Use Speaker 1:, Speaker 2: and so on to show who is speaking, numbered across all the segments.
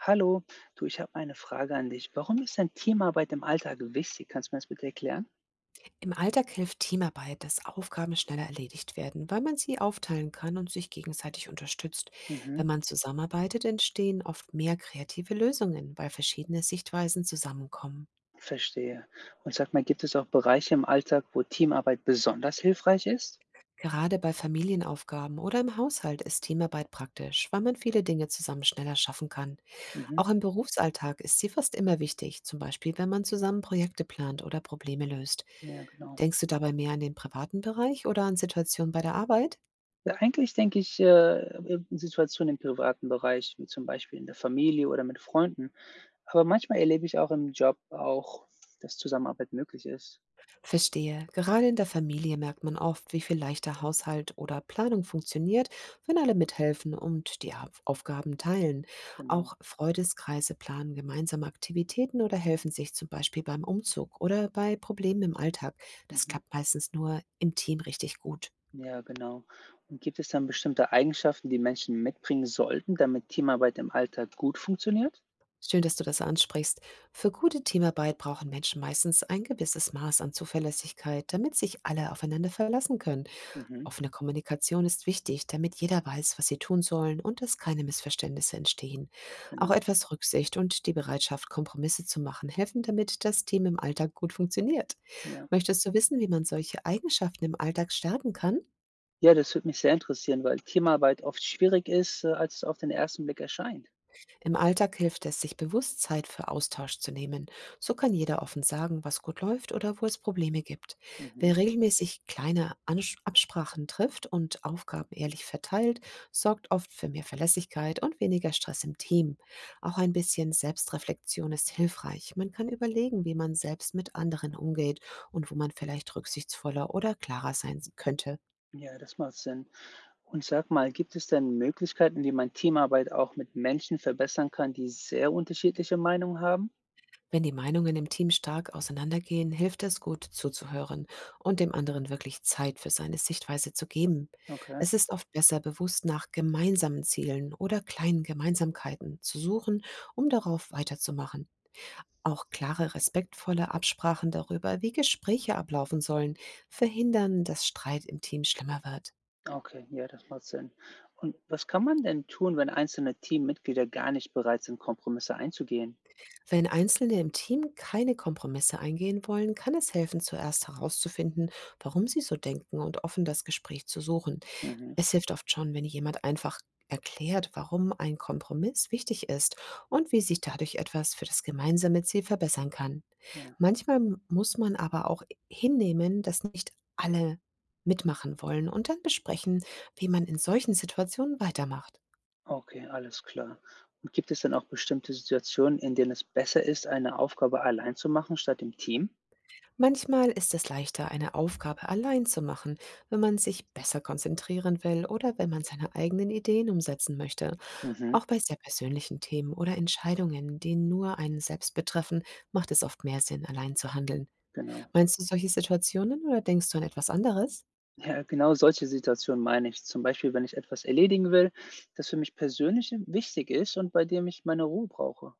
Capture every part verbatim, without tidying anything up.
Speaker 1: Hallo, du, ich habe eine Frage an dich. Warum ist denn Teamarbeit im Alltag wichtig? Kannst du mir das bitte erklären?
Speaker 2: Im Alltag hilft Teamarbeit, dass Aufgaben schneller erledigt werden, weil man sie aufteilen kann und sich gegenseitig unterstützt.
Speaker 1: Mhm,
Speaker 2: Wenn man zusammenarbeitet, entstehen oft mehr kreative Lösungen, weil verschiedene Sichtweisen zusammenkommen.
Speaker 1: verstehe. Und sag mal, gibt es auch Bereiche im Alltag, wo Teamarbeit besonders hilfreich ist?
Speaker 2: Gerade bei Familienaufgaben oder im Haushalt ist Teamarbeit praktisch, weil man viele Dinge zusammen schneller schaffen kann.
Speaker 1: Mhm,
Speaker 2: Auch im Berufsalltag ist sie fast immer wichtig, zum Beispiel wenn man zusammen Projekte plant oder Probleme löst.
Speaker 1: ja, genau.
Speaker 2: Denkst du dabei mehr an den privaten Bereich oder an Situationen bei der Arbeit?
Speaker 1: Ja, eigentlich denke ich, äh, in Situationen im privaten Bereich, wie zum Beispiel in der Familie oder mit Freunden. Aber manchmal erlebe ich auch im Job auch, dass Zusammenarbeit möglich ist.
Speaker 2: Verstehe. Gerade in der Familie merkt man oft, wie viel leichter Haushalt oder Planung funktioniert, wenn alle mithelfen und die Auf- Aufgaben teilen.
Speaker 1: Genau.
Speaker 2: Auch Freudeskreise planen gemeinsame Aktivitäten oder helfen sich zum Beispiel beim Umzug oder bei Problemen im Alltag. Das
Speaker 1: Mhm.
Speaker 2: klappt meistens nur im Team richtig gut.
Speaker 1: Ja, genau. Und gibt es dann bestimmte Eigenschaften, die Menschen mitbringen sollten, damit Teamarbeit im Alltag gut funktioniert?
Speaker 2: Schön, dass du das ansprichst. Für gute Teamarbeit brauchen Menschen meistens ein gewisses Maß an Zuverlässigkeit, damit sich alle aufeinander verlassen können.
Speaker 1: Mhm,
Speaker 2: Offene Kommunikation ist wichtig, damit jeder weiß, was sie tun sollen und dass keine Missverständnisse entstehen. Auch
Speaker 1: genau.
Speaker 2: etwas Rücksicht und die Bereitschaft, Kompromisse zu machen, helfen, damit das Team im Alltag gut funktioniert.
Speaker 1: Ja.
Speaker 2: Möchtest du wissen, wie man solche Eigenschaften im Alltag stärken kann?
Speaker 1: Ja, das würde mich sehr interessieren, weil Teamarbeit oft schwierig ist, äh, als es auf den ersten Blick erscheint.
Speaker 2: Im Alltag hilft es, sich bewusst Zeit für Austausch zu nehmen. So kann jeder offen sagen, was gut läuft oder wo es Probleme gibt.
Speaker 1: Mhm.
Speaker 2: Wer regelmäßig kleine Ansch- Absprachen trifft und Aufgaben ehrlich verteilt, sorgt oft für mehr Verlässlichkeit und weniger Stress im Team. Auch ein bisschen Selbstreflexion ist hilfreich. Man kann überlegen, wie man selbst mit anderen umgeht und wo man vielleicht rücksichtsvoller oder klarer sein könnte.
Speaker 1: Ja, das macht Sinn. Und sag mal, gibt es denn Möglichkeiten, wie man Teamarbeit auch mit Menschen verbessern kann, die sehr unterschiedliche Meinungen haben?
Speaker 2: Wenn die Meinungen im Team stark auseinandergehen, hilft es gut zuzuhören und dem anderen wirklich Zeit für seine Sichtweise zu geben.
Speaker 1: Okay,
Speaker 2: Es ist oft besser, bewusst nach gemeinsamen Zielen oder kleinen Gemeinsamkeiten zu suchen, um darauf weiterzumachen. Auch klare, respektvolle Absprachen darüber, wie Gespräche ablaufen sollen, verhindern, dass Streit im Team schlimmer wird.
Speaker 1: okay, ja, das macht Sinn. Und was kann man denn tun, wenn einzelne Teammitglieder gar nicht bereit sind, Kompromisse einzugehen?
Speaker 2: Wenn Einzelne im Team keine Kompromisse eingehen wollen, kann es helfen, zuerst herauszufinden, warum sie so denken und offen das Gespräch zu suchen.
Speaker 1: Mhm.
Speaker 2: Es hilft oft schon, wenn jemand einfach erklärt, warum ein Kompromiss wichtig ist und wie sich dadurch etwas für das gemeinsame Ziel verbessern kann.
Speaker 1: Ja,
Speaker 2: Manchmal m- muss man aber auch hinnehmen, dass nicht alle mitmachen wollen und dann besprechen, wie man in solchen Situationen weitermacht.
Speaker 1: okay, alles klar. Und gibt es denn auch bestimmte Situationen, in denen es besser ist, eine Aufgabe allein zu machen statt im Team?
Speaker 2: Manchmal ist es leichter, eine Aufgabe allein zu machen, wenn man sich besser konzentrieren will oder wenn man seine eigenen Ideen umsetzen möchte.
Speaker 1: Mhm,
Speaker 2: Auch bei sehr persönlichen Themen oder Entscheidungen, die nur einen selbst betreffen, macht es oft mehr Sinn, allein zu handeln.
Speaker 1: genau.
Speaker 2: Meinst du solche Situationen oder denkst du an etwas anderes?
Speaker 1: Ja, genau solche Situationen meine ich. Zum Beispiel, wenn ich etwas erledigen will, das für mich persönlich wichtig ist und bei dem ich meine Ruhe brauche.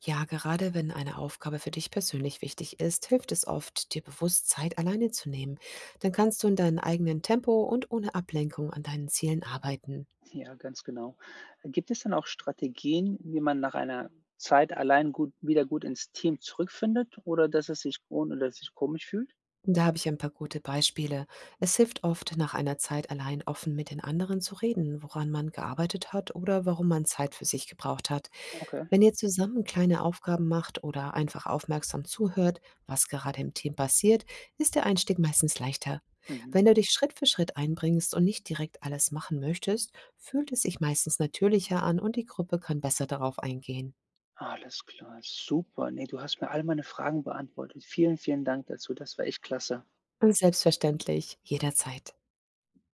Speaker 2: Ja, gerade wenn eine Aufgabe für dich persönlich wichtig ist, hilft es oft, dir bewusst Zeit alleine zu nehmen. Dann kannst du in deinem eigenen Tempo und ohne Ablenkung an deinen Zielen arbeiten.
Speaker 1: Ja, ganz genau. Gibt es dann auch Strategien, wie man nach einer Zeit allein gut, wieder gut ins Team zurückfindet oder dass es sich ohne dass es sich komisch fühlt?
Speaker 2: Da habe ich ein paar gute Beispiele. Es hilft oft, nach einer Zeit allein offen mit den anderen zu reden, woran man gearbeitet hat oder warum man Zeit für sich gebraucht hat.
Speaker 1: Okay.
Speaker 2: Wenn ihr zusammen kleine Aufgaben macht oder einfach aufmerksam zuhört, was gerade im Team passiert, ist der Einstieg meistens leichter.
Speaker 1: Mhm.
Speaker 2: Wenn du dich Schritt für Schritt einbringst und nicht direkt alles machen möchtest, fühlt es sich meistens natürlicher an und die Gruppe kann besser darauf eingehen.
Speaker 1: Alles klar, super. Ne, du hast mir all meine Fragen beantwortet. Vielen, vielen Dank dazu. Das war echt klasse.
Speaker 2: Und selbstverständlich, jederzeit.